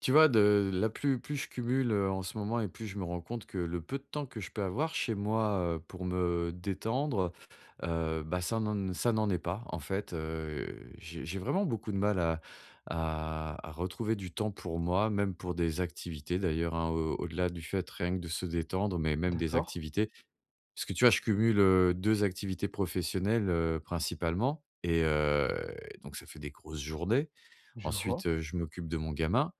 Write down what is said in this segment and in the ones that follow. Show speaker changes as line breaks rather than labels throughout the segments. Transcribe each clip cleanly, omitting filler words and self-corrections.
Tu vois, de là, plus je cumule, en ce moment et plus je me rends compte que le peu de temps que je peux avoir chez moi, pour me détendre, bah, ça n'en est pas, en fait, j'ai vraiment beaucoup de mal à à retrouver du temps pour moi, même pour des activités d'ailleurs, hein, au au-delà du fait rien que de se détendre, mais même des
D'accord,
activités. Parce que tu vois, je cumule, 2 activités professionnelles, principalement et donc ça fait des grosses journées.
je
Ensuite,
vois,
je m'occupe de mon gamin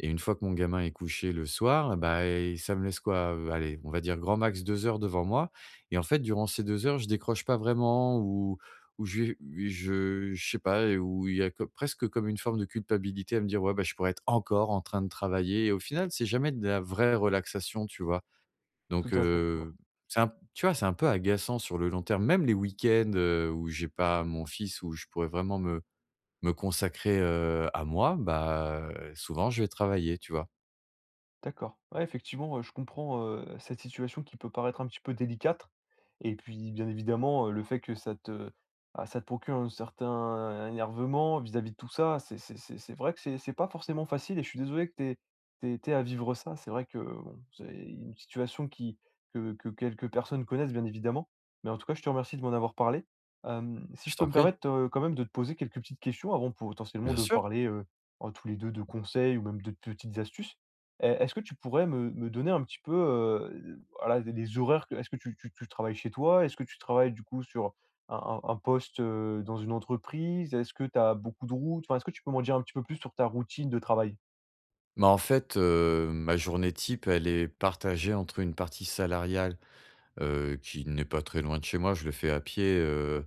et une fois que mon gamin est couché le soir, bah, et ça me laisse quoi? Allez, on va dire grand max 2 heures devant moi et en fait, durant ces 2 heures, je décroche pas vraiment ou je sais pas, où il y a co presque comme une forme de culpabilité à me dire: «Ouais, bah, je pourrais être encore en train de travailler» et au final, c'est jamais de la vraie relaxation, tu vois?
tout
Donc
à fait. Ouais.
c'est un tu vois, c'est un peu agaçant sur le long terme. Même les week-ends, où j'ai pas mon fils, où je pourrais vraiment me consacrer, à moi, bah, souvent je vais travailler, tu vois?
D'accord. Ouais, effectivement, je comprends, cette situation qui peut paraître un petit peu délicate et puis, bien évidemment, le fait que ça te ah, ça te procure un certain énervement vis-à-vis de tout ça, c'est vrai que c'est pas forcément facile et je suis désolé que tu aies tu à vivre ça. C'est vrai que, bon, c'est une situation qui que quelques personnes connaissent, bien évidemment, mais en tout cas, je te remercie de m'en avoir parlé. Hem, si
Je
je peux
t'en
me
prie,
permettre, quand même de te poser quelques petites questions avant potentiellement
bien
de
sûr.
parler, en tous les 2 de conseils ou même de petites astuces. Est est-ce que tu pourrais me donner un petit peu, voilà, les horaires que est-ce que tu travailles chez toi? Est-ce que tu travailles du coup sur un un poste, dans une entreprise? Est-ce que tu as beaucoup de routes? Enfin, est-ce que tu peux m'en dire un petit peu plus sur ta routine de travail?
Bah, en fait, ma journée type, elle est partagée entre une partie salariale, qui n'est pas très loin de chez moi. Je le fais à pied,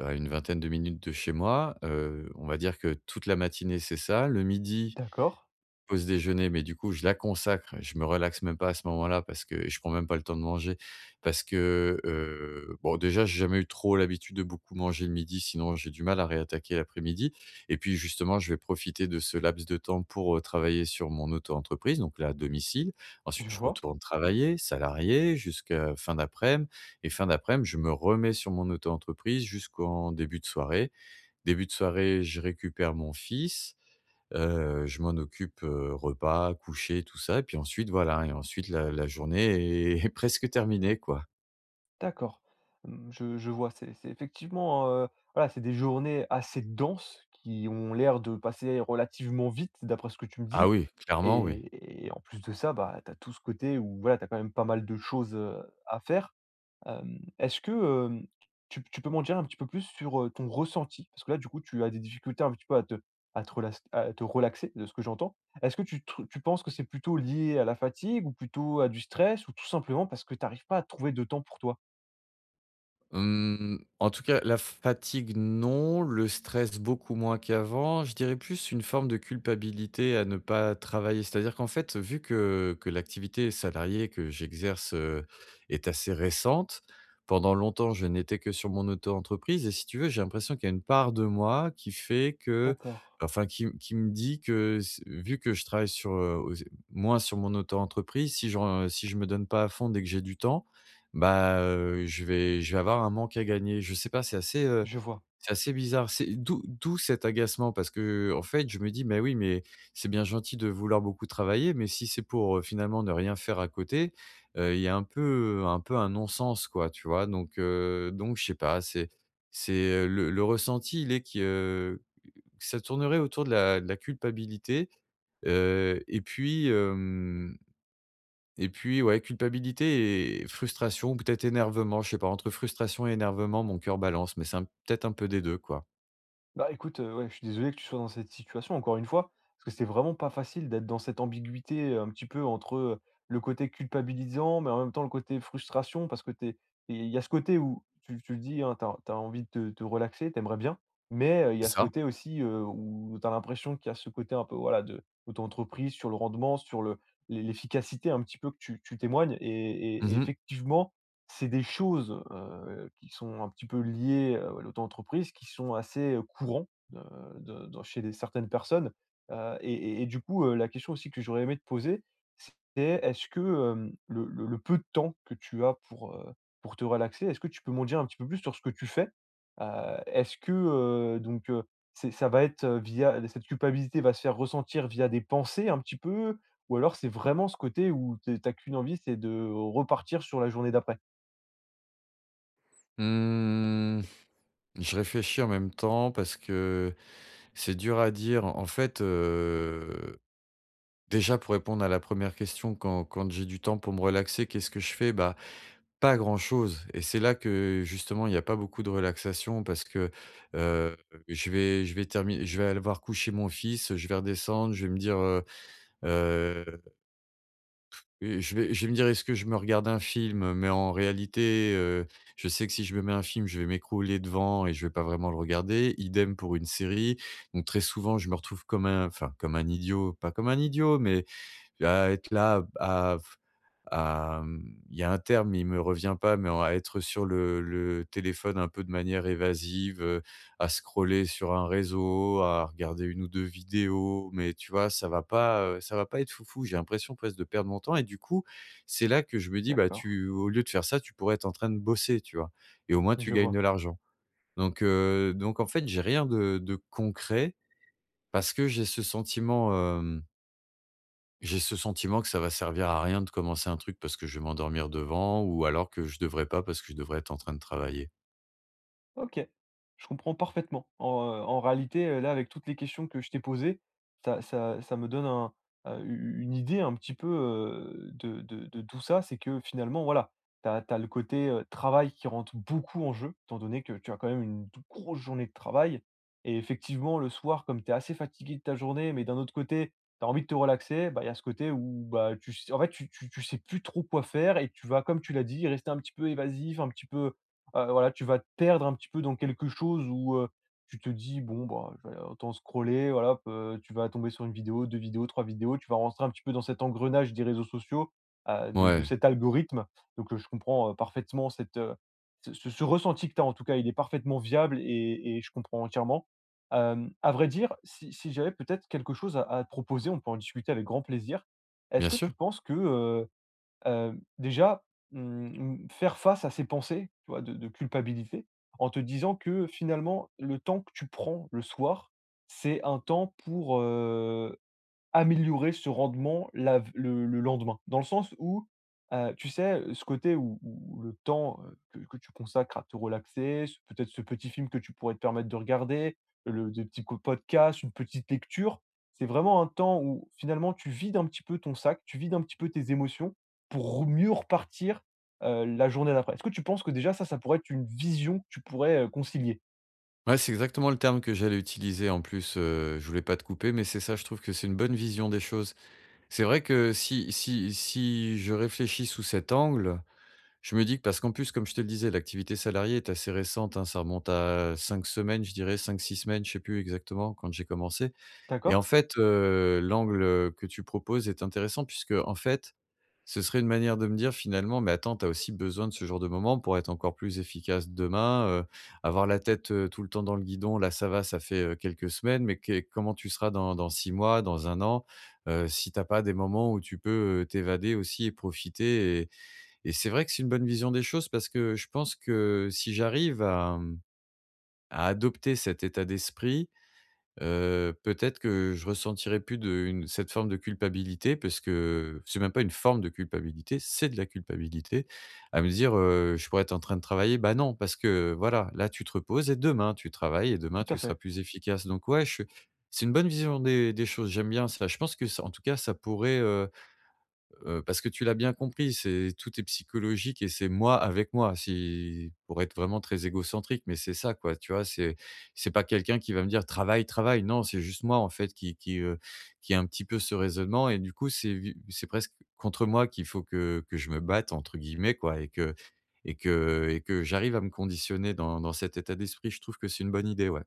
à une vingtaine de minutes de chez moi. On va dire que toute la matinée, c'est ça. Le midi,
D'accord,
pause déjeuner, mais du coup, je la consacre. Je me relaxe même pas à ce moment-là parce que je prends même pas le temps de manger parce que, bon, déjà, j'ai jamais eu trop l'habitude de beaucoup manger le midi, sinon j'ai du mal à réattaquer l'après-midi et puis, justement, je vais profiter de ce laps de temps pour, travailler sur mon auto-entreprise, donc là, à domicile.
je
Ensuite, je
vois,
retourne travailler, salarié, jusqu'à fin daprès midi et fin daprès midi je me remets sur mon auto-entreprise jusqu'en début de soirée. Début de soirée, je récupère mon fils. Je m'en occupe, repas, coucher, tout ça et puis ensuite voilà et ensuite la journée est presque terminée, quoi.
d'accord. Mmh, je vois, c'est effectivement, voilà, c'est des journées assez denses qui ont l'air de passer relativement vite d'après ce que tu me
Ah
dis
oui, clairement oui.
et en plus de ça, bah, tu as tout ce côté où voilà, tu as quand même pas mal de choses, à faire. Hem, est-ce que, hem, tu peux m'en dire un petit peu plus sur, ton ressenti? Parce que là, du coup, tu as des difficultés un petit peu à te relas à te relaxer, de ce que j'entends. Est-ce que tu penses que c'est plutôt lié à la fatigue ou plutôt à du stress ou tout simplement parce que tu n'arrives pas à trouver de temps pour toi?
En tout cas, la fatigue non, le stress beaucoup moins qu'avant. Je dirais plus une forme de culpabilité à ne pas travailler. C'est-à-dire qu'en fait, vu que l'activité salariée que j'exerce, est assez récente, pendant longtemps, je n'étais que sur mon auto-entreprise et si tu veux, j'ai l'impression qu'il y a une part de moi qui fait que
D'accord,
enfin qui me dit que s vu que je travaille sur, aux moins sur mon auto-entreprise, si je me donne pas à fond dès que j'ai du temps, bah, je vais avoir un manque à gagner. Je sais pas,
je vois.
c'est assez bizarre. C'est d'où cet agacement parce qu'en fait, je me dis: «Mais oui, mais c'est bien gentil de vouloir beaucoup travailler, mais si c'est pour, finalement ne rien faire à côté, il y a un peu un non-sens quoi», tu vois? Donc je sais pas, le ressenti ça tournerait autour de la culpabilité, heu et puis, hem et puis, ouais, culpabilité et frustration ou peut-être énervement, je sais pas, entre frustration et énervement, mon cœur balance, mais c'est un peut-être un peu des 2, quoi.
Bah, écoute, ouais, je suis désolé que tu sois dans cette situation encore une fois, parce que c'est vraiment pas facile d'être dans cette ambiguïté, un petit peu entre, le côté culpabilisant, mais en même temps le côté frustration parce que t'es es il y a ce côté où tu le dis, hein, t'as envie de te relaxer, t'aimerais bien, mais, il y
C'est
a ce
ça.
côté aussi, où t'as l'impression qu'il y a ce côté un peu, voilà, de ton entreprise, sur le rendement, sur le l'efficacité un petit peu que tu témoignes et et
Mmh mh.
effectivement c'est des choses, qui sont un petit peu liées, à ouais, l'auto-entreprise, qui sont assez, courants, heu, de dans chez des certaines personnes, et et du coup, la question aussi que j'aurais aimé te poser, c'est est-ce que, hem, le peu de temps que tu as pour te relaxer, est-ce que tu peux m'en dire un petit peu plus sur ce que tu fais? Est-ce que, donc c'est ça va être, via cette culpabilité va se faire ressentir via des pensées un petit peu? Ou alors c'est vraiment ce côté où tu es qu'une envie, c'est de repartir sur la journée d'après?
Mmh, je réfléchis en même temps parce que c'est dur à dire. En fait, déjà pour répondre à la première question, quand j'ai du temps pour me relaxer, qu'est-ce que je fais? Bah, pas grand-chose et c'est là que justement il y a pas beaucoup de relaxation parce que, heu, je vais terminer, je vais aller voir coucher mon fils, je vais redescendre, je vais me dire, Heu, et je vais me dire: «Est-ce que je me regarde un film?» Mais en réalité, je sais que si je me mets un film, je vais m'écrouler devant et je vais pas vraiment le regarder. Idem pour une série. Donc très souvent, je me retrouve comme un enfin comme un idiot, pas comme un idiot, mais à être là à mmh, il y a un terme, il me revient pas, mais à être sur le téléphone un peu de manière évasive, à scroller sur un réseau, à regarder une ou 2 vidéos, mais tu vois, ça va pas être foufou. J'ai l'impression presque de perdre mon temps et du coup, c'est là que je me dis: «Bah,
D'accord,
tu au lieu de faire ça, tu pourrais être en train de bosser», tu vois? Et au moins tu
je
gagnes
vois.
de l'argent. Donc en fait, j'ai rien de concret parce que hem j'ai ce sentiment que ça va servir à rien de commencer un truc parce que je vais m'endormir devant ou alors que je devrais pas parce que je devrais être en train de travailler.
OK, je comprends parfaitement. En, en réalité, là, avec toutes les questions que je t'ai posées, ça me donne un, u une idée un petit peu, de tout ça. C'est que finalement, voilà, tu as le côté, travail qui rentre beaucoup en jeu, étant donné que tu as quand même une d grosse journée de travail et effectivement, le soir, comme tu es assez fatigué de ta journée, mais d'un autre côté, tu as envie de te relaxer, bah, il y a ce côté où, bah, tu s en fait, tu sais plus trop quoi faire et tu vas, comme tu l'as dit, rester un petit peu évasif, un petit peu voilà, tu vas te perdre un petit peu dans quelque chose où, tu te dis: «Bon, bah, je vais autant scroller», voilà, peu tu vas tomber sur une vidéo, 2 vidéos, 3 vidéos, tu vas rentrer un petit peu dans cet engrenage des réseaux sociaux, de
Ouais,
cet algorithme. Donc, je comprends, parfaitement cette, ce ressenti que tu as en tout cas, il est parfaitement viable et je comprends entièrement. Hem, à vrai dire, si j'avais peut-être quelque chose à te proposer, on peut en discuter avec grand plaisir. Est-ce
bien
que
sûr.
tu penses que, hem, déjà, mmh, mmh, faire face à ces pensées, tu vois, de culpabilité, en te disant que finalement, le temps que tu prends le soir, c'est un temps pour, améliorer ce rendement la v le lendemain. Dans le sens où, tu sais, ce côté où où le temps, que tu consacres à te relaxer, ce peut-être ce petit film que tu pourrais te permettre de regarder, le des petits co podcasts, une petite lecture, c'est vraiment un temps où finalement tu vides un petit peu ton sac, tu vides un petit peu tes émotions pour mieux repartir, la journée d'après. Est-ce que tu penses que déjà ça, ça pourrait être une vision que tu pourrais, concilier?
Ouais, c'est exactement le terme que j'allais utiliser en plus, je voulais pas te couper, mais c'est ça, je trouve que c'est une bonne vision des choses. C'est vrai que si je réfléchis sous cet angle, je me dis que parce qu'en plus, comme je te le disais, l'activité salariée est assez récente, hein, ça remonte à 5 semaines, je dirais cinq six semaines, je sais plus exactement quand j'ai commencé et en
D'accord?
fait, l'angle, que tu proposes est intéressant puisque en fait ce serait une manière de me dire finalement: «Mais attends, tu as aussi besoin de ce genre de moment pour être encore plus efficace demain, avoir la tête, tout le temps dans le guidon, là ça va, ça fait, quelques semaines, mais qu'est comment tu seras dans 6 mois, dans un an?» Si t'as pas des moments où tu peux, t'évader aussi et profiter et c'est vrai que c'est une bonne vision des choses parce que je pense que si j'arrive à adopter cet état d'esprit, peut-être que je ressentirais plus de une cette forme de culpabilité parce que c'est même pas une forme de culpabilité, c'est de la culpabilité à me dire: «Je pourrais être en train de travailler». Bah, non, parce que voilà, là, tu te reposes et demain tu travailles et demain
Tout à
tu seras
fait.
plus efficace donc ouais, je c'est une bonne vision des choses, j'aime bien ça. Je pense que ça en tout cas, ça pourrait, parce que tu l'as bien compris, c'est tout est psychologique et c'est moi avec moi, si pour être vraiment très égocentrique, mais c'est ça quoi, tu vois? C'est pas quelqu'un qui va me dire: «Travaille, travaille». Non, c'est juste moi en fait qui a un petit peu ce raisonnement et du coup, c'est presque contre moi qu'il faut que je me «batte» entre guillemets quoi et que j'arrive à me conditionner dans cet état d'esprit. Je trouve que c'est une bonne idée, ouais.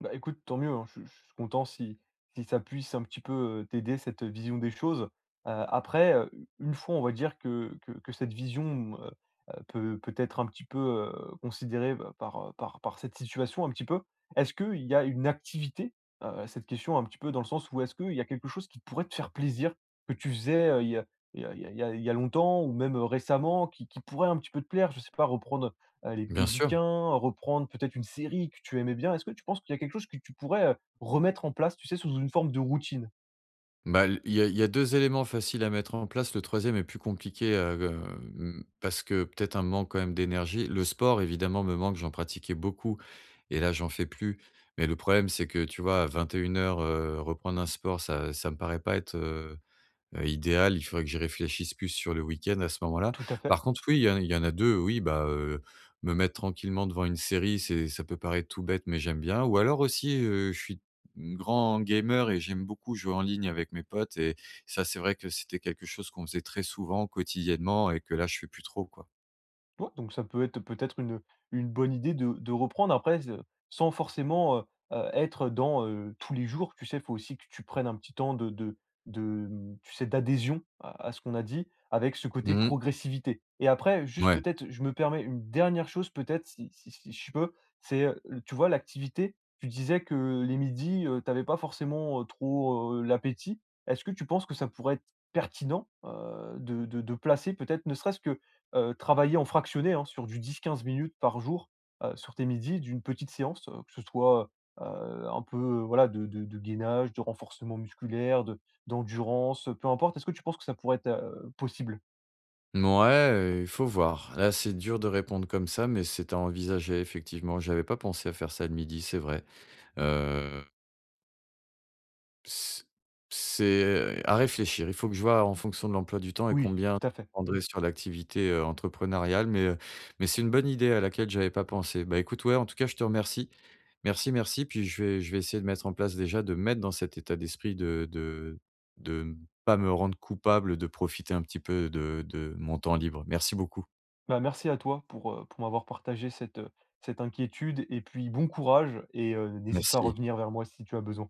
Bah, écoute, tant mieux, hein, je suis content si si ça puisse un petit peu, t'aider cette vision des choses. Après, une fois, on va dire que que cette vision, peut peut être un petit peu, considérée, bah, par, par par cette situation un petit peu. Est-ce qu'il y a une activité? Cette question un petit peu dans le sens où est-ce qu'il y a quelque chose qui pourrait te faire plaisir, que tu faisais, il y a il y a il y a il y a longtemps ou même, récemment qui pourrait un petit peu te plaire? Je sais pas, reprendre, les
Bien sûr.
bouquins, reprendre peut-être une série que tu aimais bien. Est-ce que tu penses qu'il y a quelque chose que tu pourrais, remettre en place, tu sais, sous une forme de routine?
Bah, l il y a 2 éléments faciles à mettre en place. Le troisième est plus compliqué, parce que peut-être un manque quand même d'énergie. Le sport évidemment me manque, j'en pratiquais beaucoup et là j'en fais plus. Mais le problème c'est que, tu vois, à 21:00, heures, reprendre un sport, ça me paraît pas être, idéal, il faudrait que j'y réfléchisse plus sur le week-end à ce moment-là.
Tout à fait.
Par contre, oui, il y en a 2. Oui, bah, me mettre tranquillement devant une série, c'est ça peut paraître tout bête, mais j'aime bien. Ou alors aussi, je suis grand gamer et j'aime beaucoup jouer en ligne avec mes potes et ça, c'est vrai que c'était quelque chose qu'on faisait très souvent, quotidiennement et que là, je fais plus trop, quoi.
Ouais, donc ça peut être peut-être une bonne idée de reprendre après, sans forcément être dans tous les jours. Tu sais, il faut aussi que tu prennes un petit temps de, mmh, tu sais, d'adhésion à ce qu'on a dit, avec ce côté
Mmh mh.
progressivité. Et après, juste
Ouais.
peut-être, je me permets une dernière chose, peut-être, si je peux, c'est, tu vois, l'activité. Tu disais que les midis, tu n'avais pas forcément trop l'appétit. Est-ce que tu penses que ça pourrait être pertinent de placer peut-être, ne serait-ce que travailler en fractionné, hein, sur du 10-15 minutes par jour, sur tes midis d'une petite séance, que ce soit, heu, un peu, voilà, de de gainage, de renforcement musculaire, de d'endurance, peu importe. Est-ce que tu penses que ça pourrait être, possible?
Il faut voir. Là, c'est dur de répondre comme ça, mais c'est à envisager effectivement. J'avais pas pensé à faire ça le midi, c'est vrai. Heu C c'est à réfléchir. Il faut que je vois en fonction de l'emploi du temps et
Oui,
combien je
tout à fait.
prendrai sur l'activité, entrepreneuriale, mais c'est une bonne idée à laquelle j'avais pas pensé. Bah, écoute, ouais, en tout cas, je te remercie. Merci, merci, puis je vais essayer de mettre en place déjà, de me mettre dans cet état d'esprit de de ne pas me rendre coupable, de profiter un petit peu de mon temps libre. Merci beaucoup.
Bah, merci à toi pour m'avoir partagé cette, cette inquiétude et puis bon courage et n'hésite pas à
Merci.
revenir vers moi si tu as besoin.